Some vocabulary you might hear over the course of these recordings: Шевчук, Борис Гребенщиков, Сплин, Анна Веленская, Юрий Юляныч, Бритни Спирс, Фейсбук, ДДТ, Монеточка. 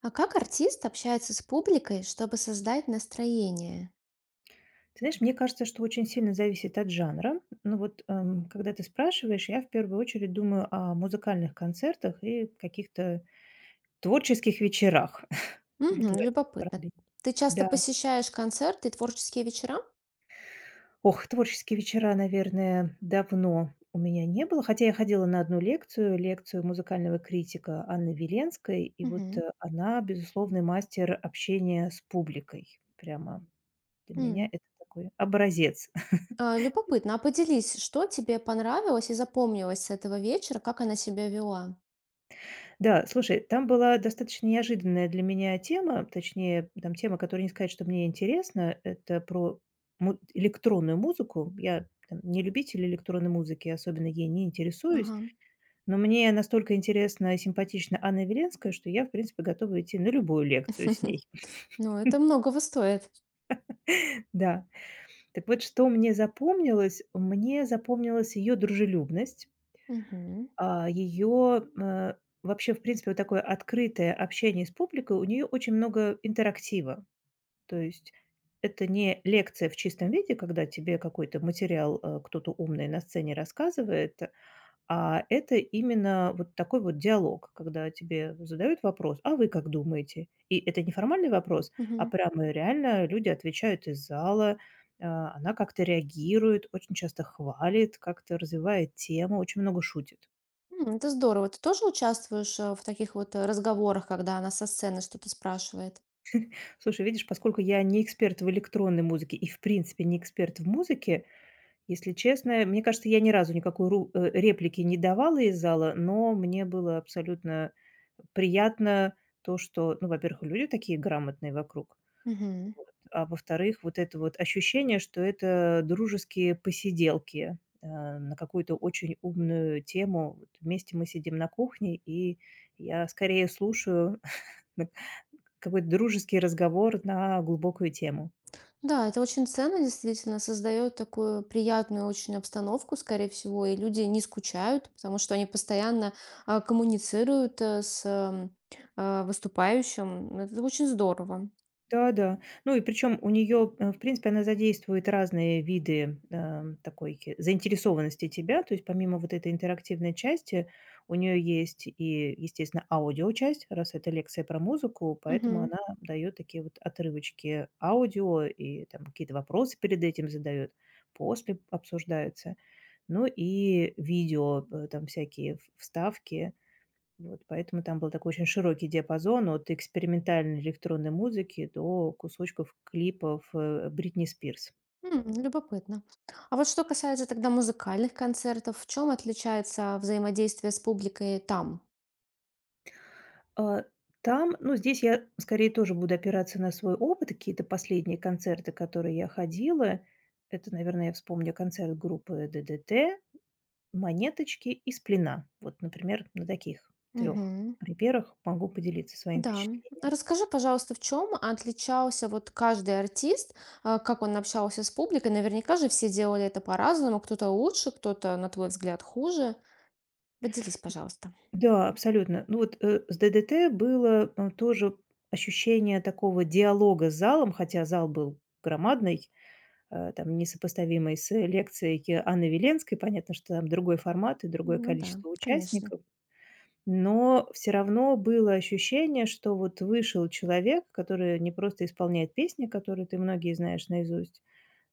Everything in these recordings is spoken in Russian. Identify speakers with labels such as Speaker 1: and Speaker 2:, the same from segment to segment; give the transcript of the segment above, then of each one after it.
Speaker 1: А как артист общается с публикой, чтобы создать настроение?
Speaker 2: Ты знаешь, мне кажется, что очень сильно зависит от жанра. Ну вот, когда ты спрашиваешь, я в первую очередь думаю о музыкальных концертах и каких-то творческих вечерах. Вот в
Speaker 1: Мгм,
Speaker 2: этом
Speaker 1: любопытно.
Speaker 2: направлении.
Speaker 1: Ты часто
Speaker 2: Да.
Speaker 1: посещаешь концерты и творческие вечера?
Speaker 2: Ох, творческие вечера, наверное, давно у меня не было, хотя я ходила на одну лекцию, лекцию музыкального критика Анны Веленской, и вот
Speaker 1: Мгм.
Speaker 2: она — безусловный мастер общения с публикой. Прямо для меня
Speaker 1: М.
Speaker 2: это такой образец.
Speaker 1: А, любопытно. А поделись, что тебе понравилось и запомнилось с этого вечера, как она себя вела?
Speaker 2: Да, слушай, там была достаточно неожиданная для меня тема, точнее, там тема, которая не сказать, что мне интересна. Это про электронную музыку. Я там не любитель электронной музыки, особенно ей не интересуюсь,
Speaker 1: Ага.
Speaker 2: но мне настолько интересна и симпатична Анна Веленская, что я, в принципе, готова идти на любую лекцию с ней.
Speaker 1: Ну, это многого стоит.
Speaker 2: Да. Так вот, что мне запомнилось? Мне запомнилась ее дружелюбность,
Speaker 1: Мгм.
Speaker 2: а ее вообще, в принципе, вот такое открытое общение с публикой, у нее очень много интерактива. То есть это не лекция в чистом виде, когда тебе какой-то материал, кто-то умный на сцене рассказывает, а это именно вот такой вот диалог, когда тебе задают вопрос: "А вы как думаете?" И это не формальный вопрос, а
Speaker 1: Мгм.
Speaker 2: прямо реально люди отвечают из зала, она как-то реагирует, очень часто хвалит, как-то развивает тему, очень много шутит.
Speaker 1: М, это здорово. Ты тоже участвуешь в таких вот разговорах, когда она со сцены что-то спрашивает?
Speaker 2: Слушай, видишь, поскольку я не эксперт в электронной музыке и, в принципе, не эксперт в музыке, если честно, мне кажется, я ни разу никакой реплики не давала из зала, но мне было абсолютно приятно то, что, ну, во-первых, люди такие грамотные вокруг,
Speaker 1: Мгм.
Speaker 2: вот, а во-вторых, вот это вот ощущение, что это дружеские посиделки, на какую-то очень умную тему. Вот вместе мы сидим на кухне, и я скорее слушаю какой-то дружеский разговор на глубокую тему.
Speaker 1: Да, это очень ценно, действительно, создает такую приятную очень обстановку, скорее всего, и люди не скучают, потому что они постоянно коммуницируют с выступающим. Это очень здорово.
Speaker 2: Да-да. Ну и причем у нее, в принципе, она задействует разные виды, такой ки заинтересованности тебя. То есть помимо вот этой интерактивной части, у нее есть и, естественно, аудиочасть, раз это лекция про музыку, поэтому
Speaker 1: Мгм.
Speaker 2: она дает такие вот отрывочки аудио и там какие-то вопросы перед этим задает, после обсуждаются. Ну и видео, там всякие в вставки. Вот поэтому там был такой очень широкий диапазон от экспериментальной электронной музыки до кусочков клипов Бритни Спирс.
Speaker 1: М, любопытно. А вот что касается тогда музыкальных концертов, в чем отличается взаимодействие с публикой там?
Speaker 2: А, Там, ну, здесь я скорее тоже буду опираться на свой опыт. Какие-то последние концерты, которые я ходила, это, наверное, я вспомню концерт группы ДДТ, Монеточки и Сплина. Вот, например, на таких трех примерах могу поделиться своим
Speaker 1: Да.
Speaker 2: впечатлением.
Speaker 1: А расскажи, пожалуйста, в чем отличался вот каждый артист, как он общался с публикой? Наверняка же все делали это по-разному, кто-то лучше, кто-то, на твой взгляд, хуже. Поделись, пожалуйста.
Speaker 2: Да, абсолютно. Ну вот, с "ДДТ" было, тоже ощущение такого диалога с залом, хотя зал был громадный, там несопоставимый с лекцией Анны Веленской. Понятно, что там другой формат и другое
Speaker 1: Ну да,
Speaker 2: количество
Speaker 1: конечно.
Speaker 2: участников, но все равно было ощущение, что вот вышел человек, который не просто исполняет песни, которые ты многие знаешь наизусть,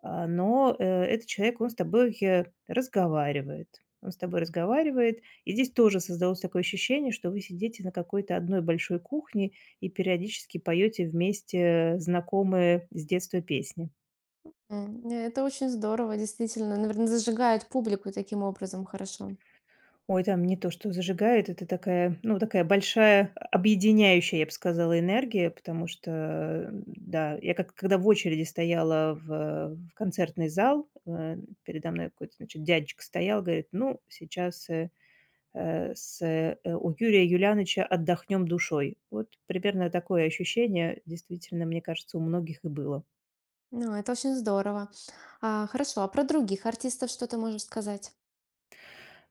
Speaker 2: но этот человек, он с тобой, разговаривает. Он с тобой разговаривает. И здесь тоже создалось такое ощущение, что вы сидите на какой-то одной большой кухне и периодически поете вместе знакомые с детства песни.
Speaker 1: М, это очень здорово, действительно. Наверное, зажигает публику таким образом хорошо.
Speaker 2: Ой, там не то что зажигает, это такая, ну, такая большая объединяющая, я бы сказала, энергия, потому что, да, я как когда в очереди стояла в концертный зал, передо мной какой-то, значит, дядечка стоял, говорит: "Ну, сейчас, у Юрия Юляныча 'Отдохнем душой'". Вот примерно такое ощущение, действительно, мне кажется, у многих и было.
Speaker 1: Ну, это очень здорово. А, хорошо, а про других артистов что ты можешь сказать?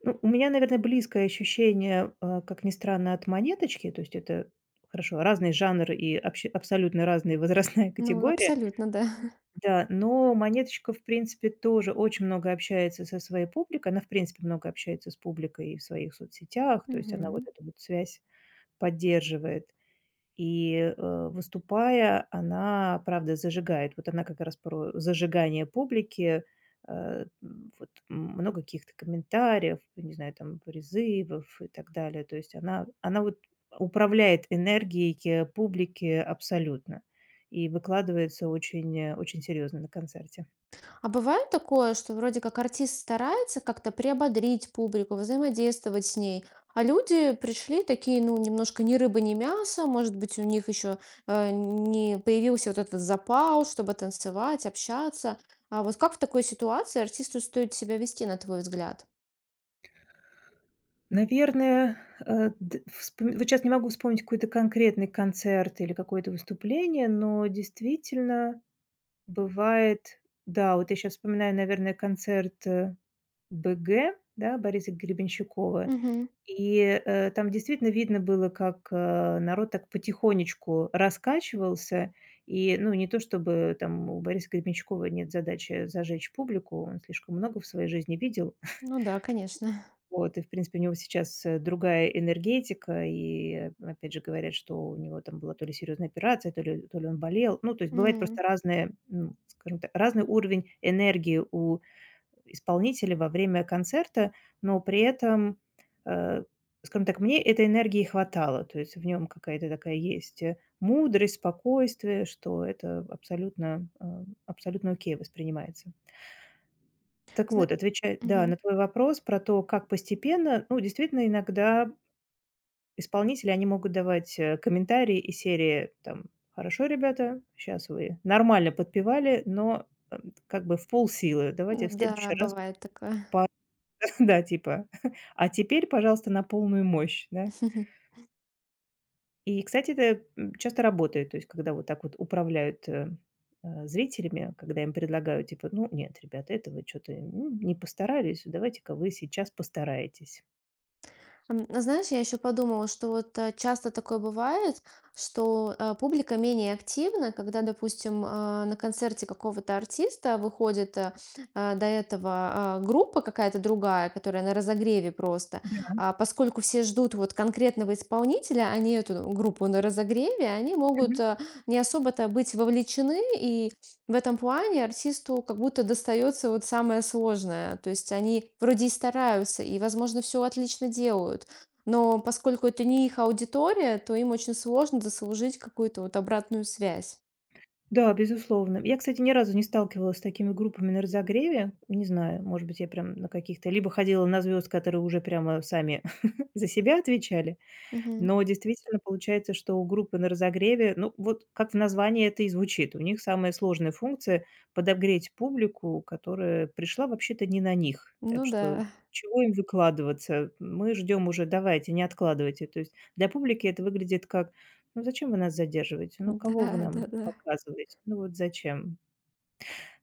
Speaker 2: Ну, у меня, наверное, близкое ощущение, как ни странно, от "Монеточки". То есть это, хорошо, разный жанр и абще абсолютно разная возрастная
Speaker 1: Ну,
Speaker 2: категория.
Speaker 1: абсолютно, да.
Speaker 2: Да, но "Монеточка", в принципе, тоже очень много общается со своей публикой. Она, в принципе, много общается с публикой и в своих соцсетях. То есть она вот
Speaker 1: Мгм.
Speaker 2: эту вот связь поддерживает. И, выступая, она, правда, зажигает. Вот она как раз про зажигание публики. Много каких-то комментариев, не знаю, там призывов и так далее. То есть она вот управляет энергией, публики абсолютно и выкладывается очень, очень серьезно на концерте.
Speaker 1: А бывает такое, что вроде как артист старается как-то приободрить публику, взаимодействовать с ней, а люди пришли такие, ну, немножко ни рыба, ни мясо, может быть, у них еще не появился вот этот запал, чтобы танцевать, общаться. А вот как в такой ситуации артисту стоит себя вести, на твой взгляд?
Speaker 2: Наверное, э, д вспом вот щас не могу вспомнить какой-то конкретный концерт или какое-то выступление, но действительно бывает, да, вот я сейчас вспоминаю, наверное, концерт, БГ, да, Бориса Гребенщикова.
Speaker 1: Мгм.
Speaker 2: И, там действительно видно было, как, народ так потихонечку раскачивался. И, ну, не то чтобы там у Бориса Гребенщикова нет задачи зажечь публику, он слишком много в своей жизни видел.
Speaker 1: Ну да, конечно.
Speaker 2: Вот, и, в принципе, у него сейчас, другая энергетика. И, опять же, говорят, что у него там была то ли серьезная операция, то ли он болел. Ну, то есть бывает
Speaker 1: М.
Speaker 2: просто разные, ну, скажем так, разный уровень энергии у исполнителя во время концерта, но при этом, э, скажем так, мне этой энергии хватало. То есть в нем какая-то такая есть, мудрость, спокойствие, что это абсолютно, абсолютно окей воспринимается. Так вот,
Speaker 1: Зна-
Speaker 2: отвечая, да,
Speaker 1: Мгм.
Speaker 2: на твой вопрос про то, как постепенно, ну, действительно, иногда исполнители, они могут давать, комментарии из серии, там: "Хорошо, ребята, сейчас вы нормально подпевали, но, как бы в полсилы. Давайте в
Speaker 1: Да,
Speaker 2: следующий раз",
Speaker 1: бывает такое.
Speaker 2: да, типа, "а теперь, пожалуйста, на полную мощь", да. И, кстати, это, часто работает, то есть когда вот так вот управляют, зрителями, когда им предлагают, типа: "Ну, нет, ребята, это вы чё-то не постарались, давайте-ка вы сейчас постараетесь".
Speaker 1: М, знаешь, я еще подумала, что вот часто такое бывает, что публика менее активна, когда, допустим, на концерте какого-то артиста выходит до этого группа какая-то другая, которая на разогреве просто. А поскольку все ждут вот конкретного исполнителя, а не эту группу на разогреве, они
Speaker 2: Мгм.
Speaker 1: могут не особо-то быть вовлечены, и в этом плане артисту как будто достается вот самое сложное. То есть они вроде и стараются, и, возможно, все отлично делают. Но поскольку это не их аудитория, то им очень сложно заслужить какую-то вот обратную связь.
Speaker 2: Да, безусловно. Я, кстати, ни разу не сталкивалась с такими группами на разогреве. Не знаю, может быть, я прям на каких-то... Либо ходила на звезд, которые уже прямо сами за себя отвечали.
Speaker 1: Мгм.
Speaker 2: Но действительно получается, что у группы на разогреве, ну, вот как в названии это и звучит, у них самая сложная функция — подогреть публику, которая пришла вообще-то не на них. Так
Speaker 1: Ну
Speaker 2: что
Speaker 1: да,
Speaker 2: чего им выкладываться? Мы ждем уже, давайте, не откладывайте. То есть для публики это выглядит как: "Ну, зачем вы нас задерживаете? Ну, кого вы
Speaker 1: да,
Speaker 2: нам
Speaker 1: да, да.
Speaker 2: показываете? Ну, вот зачем?"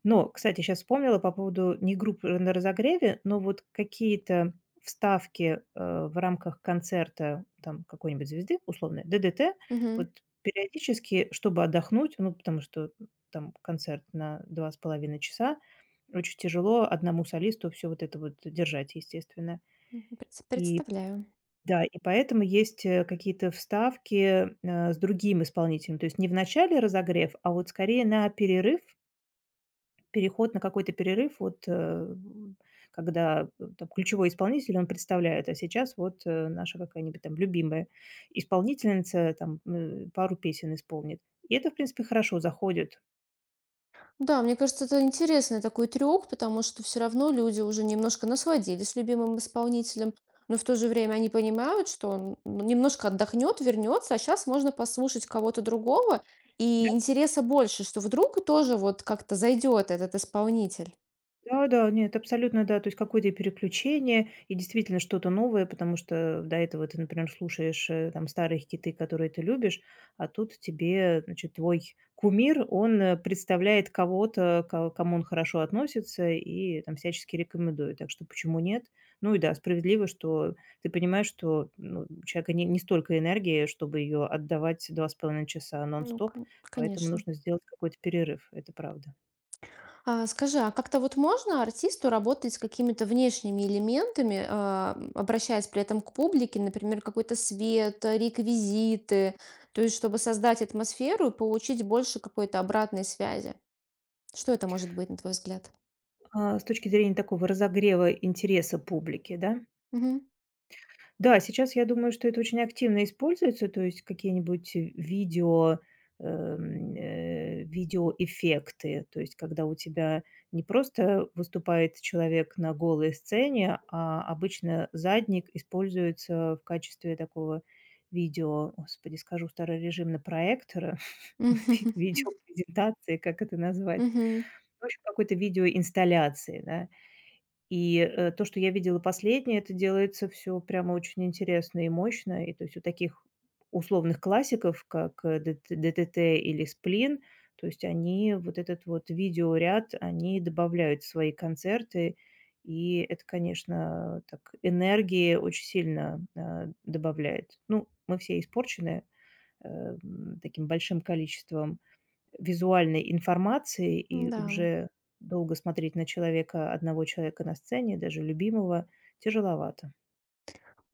Speaker 2: Но, кстати, сейчас вспомнила по поводу не групп на разогреве, но вот какие-то вставки, в рамках концерта там какой-нибудь звезды, условно, ДДТ,
Speaker 1: Мгм.
Speaker 2: вот периодически, чтобы отдохнуть, ну, потому что там концерт на 2,5 часа, очень тяжело одному солисту все вот это вот держать, естественно.
Speaker 1: Мгм.
Speaker 2: И
Speaker 1: Представляю.
Speaker 2: да, и поэтому есть, какие-то вставки, с другим исполнителем. То есть не в начале разогрев, а вот скорее на перерыв, переход на какой-то перерыв, вот, когда, там ключевой исполнитель, он представляет, а сейчас вот, наша какая-нибудь там любимая исполнительница там, пару песен исполнит. И это, в принципе, хорошо заходит.
Speaker 1: Да, мне кажется, это интересный такой трюк, потому что все равно люди уже немножко насладились любимым исполнителем, но в то же время они понимают, что он, ну, немножко отдохнет, вернется, а сейчас можно послушать кого-то другого,
Speaker 2: Да?
Speaker 1: и интереса больше, что вдруг тоже вот как-то зайдет этот исполнитель.
Speaker 2: Да-да, нет, абсолютно да. То есть какое-то и переключение, и действительно что-то новое, потому что до этого ты, например, слушаешь там старые хиты, которые ты любишь, а тут тебе, значит, твой кумир, он представляет кого-то, кому он хорошо относится и там всячески рекомендует. Так что почему нет? Ну и да, справедливо, что ты понимаешь, что ну, у человека не столько энергии, чтобы ее отдавать 2,5 часа
Speaker 1: Ну,
Speaker 2: нон-стоп, поэтому
Speaker 1: конечно.
Speaker 2: нужно сделать какой-то перерыв, это правда.
Speaker 1: А, скажи, а как-то вот можно артисту работать с какими-то внешними элементами, обращаясь при этом к публике, например, какой-то свет, реквизиты, то есть чтобы создать атмосферу и получить больше какой-то обратной связи? Что это может быть, на твой взгляд?
Speaker 2: С точки зрения такого разогрева интереса публики, да? Да, сейчас я думаю, что это очень активно используется, то есть какие-нибудь видео, видеоэффекты, то есть когда у тебя не просто выступает человек на голой сцене, а обычно задник используется в качестве такого видео, господи, скажу старорежимно, проектора,
Speaker 1: Мгм.
Speaker 2: видеопрезентации, как это назвать?
Speaker 1: Мгм.
Speaker 2: В общем, какой-то видеоинсталляции, да. И, то, что я видела последнее, это делается все прямо очень интересно и мощно. И то есть у таких условных классиков, как, э, ДТ "ДТТ" или "Сплин", то есть они вот этот вот видеоряд, они добавляют в свои концерты. И это, конечно, так энергии очень сильно, добавляет. Ну, мы все испорчены, таким большим количеством визуальной информации, и
Speaker 1: Да.
Speaker 2: уже долго смотреть на человека, одного человека на сцене, даже любимого, тяжеловато.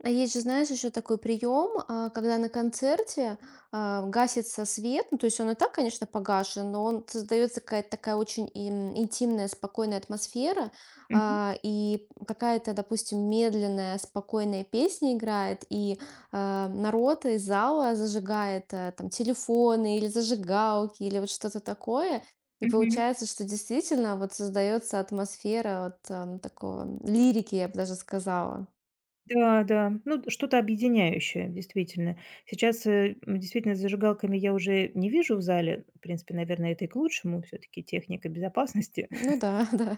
Speaker 1: А есть же, знаешь, еще такой прием, когда на концерте гасится свет, ну, то есть он и так, конечно, погашен, но он создается какая-то такая очень интимная, спокойная атмосфера,
Speaker 2: Мгм,
Speaker 1: и какая-то, допустим, медленная, спокойная песня играет, и народ из зала зажигает, там телефоны или зажигалки или вот что-то такое. И
Speaker 2: мгм.
Speaker 1: получается, что действительно вот создается атмосфера вот такого лирики, я бы даже сказала.
Speaker 2: Да, да, ну, д что-то объединяющее, действительно. Сейчас, действительно, с зажигалками я уже не вижу в зале. В принципе, наверное, это и к лучшему. Все таки техника безопасности.
Speaker 1: Ну да, да.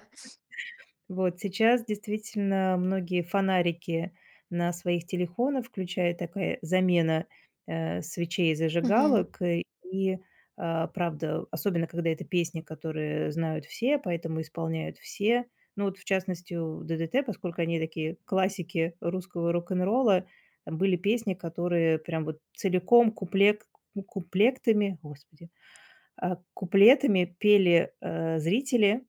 Speaker 2: Вот сейчас действительно многие фонарики на своих телефонах, включая такая замена, свечей и
Speaker 1: Мгм.
Speaker 2: зажигалок. Правда, особенно когда это песни, которые знают все, поэтому исполняют все. Ну, вот в частности у ДДТ, поскольку они такие классики русского рок-н-ролла, были песни, которые прям вот целиком куплек куплектами, господи, а, куплетами пели, зрители.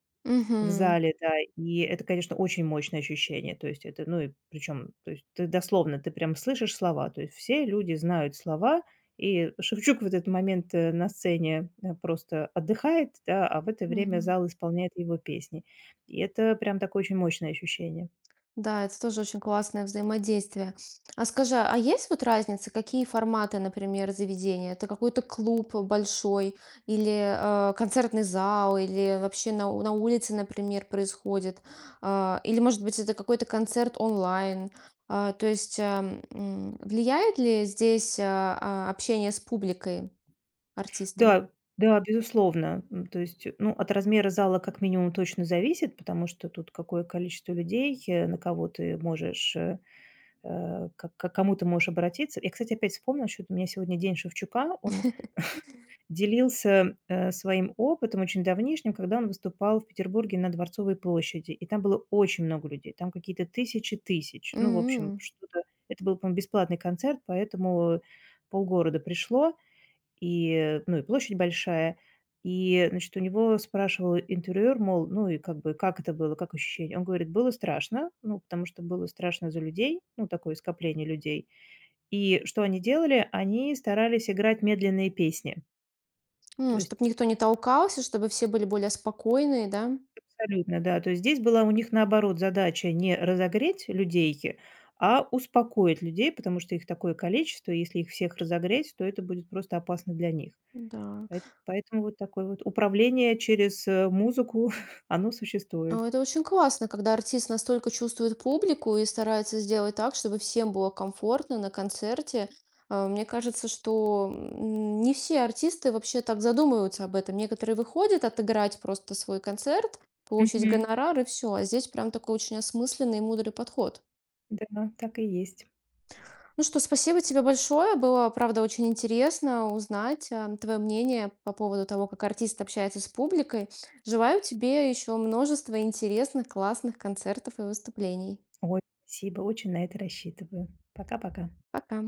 Speaker 2: В
Speaker 1: Мгм.
Speaker 2: зале, да. И это, конечно, очень мощное ощущение. То есть это, ну и причем, то есть ты дословно, ты прям слышишь слова. То есть все люди знают слова, и Шевчук в этот момент на сцене просто отдыхает, да, а в это время
Speaker 1: Мгм.
Speaker 2: зал исполняет его песни. И это прям такое очень мощное ощущение.
Speaker 1: Да, это тоже очень классное взаимодействие. А скажи, а есть вот разница, какие форматы, например, заведения? Это какой-то клуб большой или концертный зал, или вообще на, на улице, например, происходит? А, или, может быть, это какой-то концерт онлайн? А, то есть влияет ли здесь общение с публикой, артистом?
Speaker 2: Да, да, безусловно. То есть, ну, от размера зала как минимум точно зависит, потому что тут какое количество людей, на кого ты можешь э, э, к к кому ты можешь обратиться. Я, кстати, опять вспомнила, что у меня сегодня день Шевчука, он делился, своим опытом очень давнишним, когда он выступал в Петербурге на Дворцовой площади, и там было очень много людей, там какие-то тысячи тысяч. Ну, в общем,
Speaker 1: Мгм.
Speaker 2: что-то это был, по-моему, бесплатный концерт, поэтому полгорода пришло. И, ну, и площадь большая. И, значит, у него спрашивал интервьюер, мол, ну и как бы, как это было, как ощущение? Он говорит, было страшно, ну, потому что было страшно за людей, ну, такое скопление людей. И что они делали? Они старались играть медленные песни. То есть
Speaker 1: Чтобы никто не толкался, чтобы все были более спокойные, да?
Speaker 2: абсолютно, да. То есть здесь была у них, наоборот, задача не разогреть а успокоить людей, потому что их такое количество, и если их всех разогреть, то это будет просто опасно для них.
Speaker 1: Да.
Speaker 2: Поэтому вот такое вот управление через, музыку, оно существует.
Speaker 1: А, это очень классно, когда артист настолько чувствует публику и старается сделать так, чтобы всем было комфортно на концерте. А, мне кажется, что не все артисты вообще так задумываются об этом. Некоторые выходят отыграть просто свой концерт, получить
Speaker 2: Мгм.
Speaker 1: гонорар и все. А здесь прям такой очень осмысленный и мудрый подход.
Speaker 2: Да, так и есть.
Speaker 1: Ну что, спасибо тебе большое. Было, правда, очень интересно узнать твое мнение по поводу того, как артист общается с публикой. Желаю тебе еще множества интересных, классных концертов и выступлений.
Speaker 2: Ой, спасибо, очень на это рассчитываю. Пока-пока.
Speaker 1: Пока.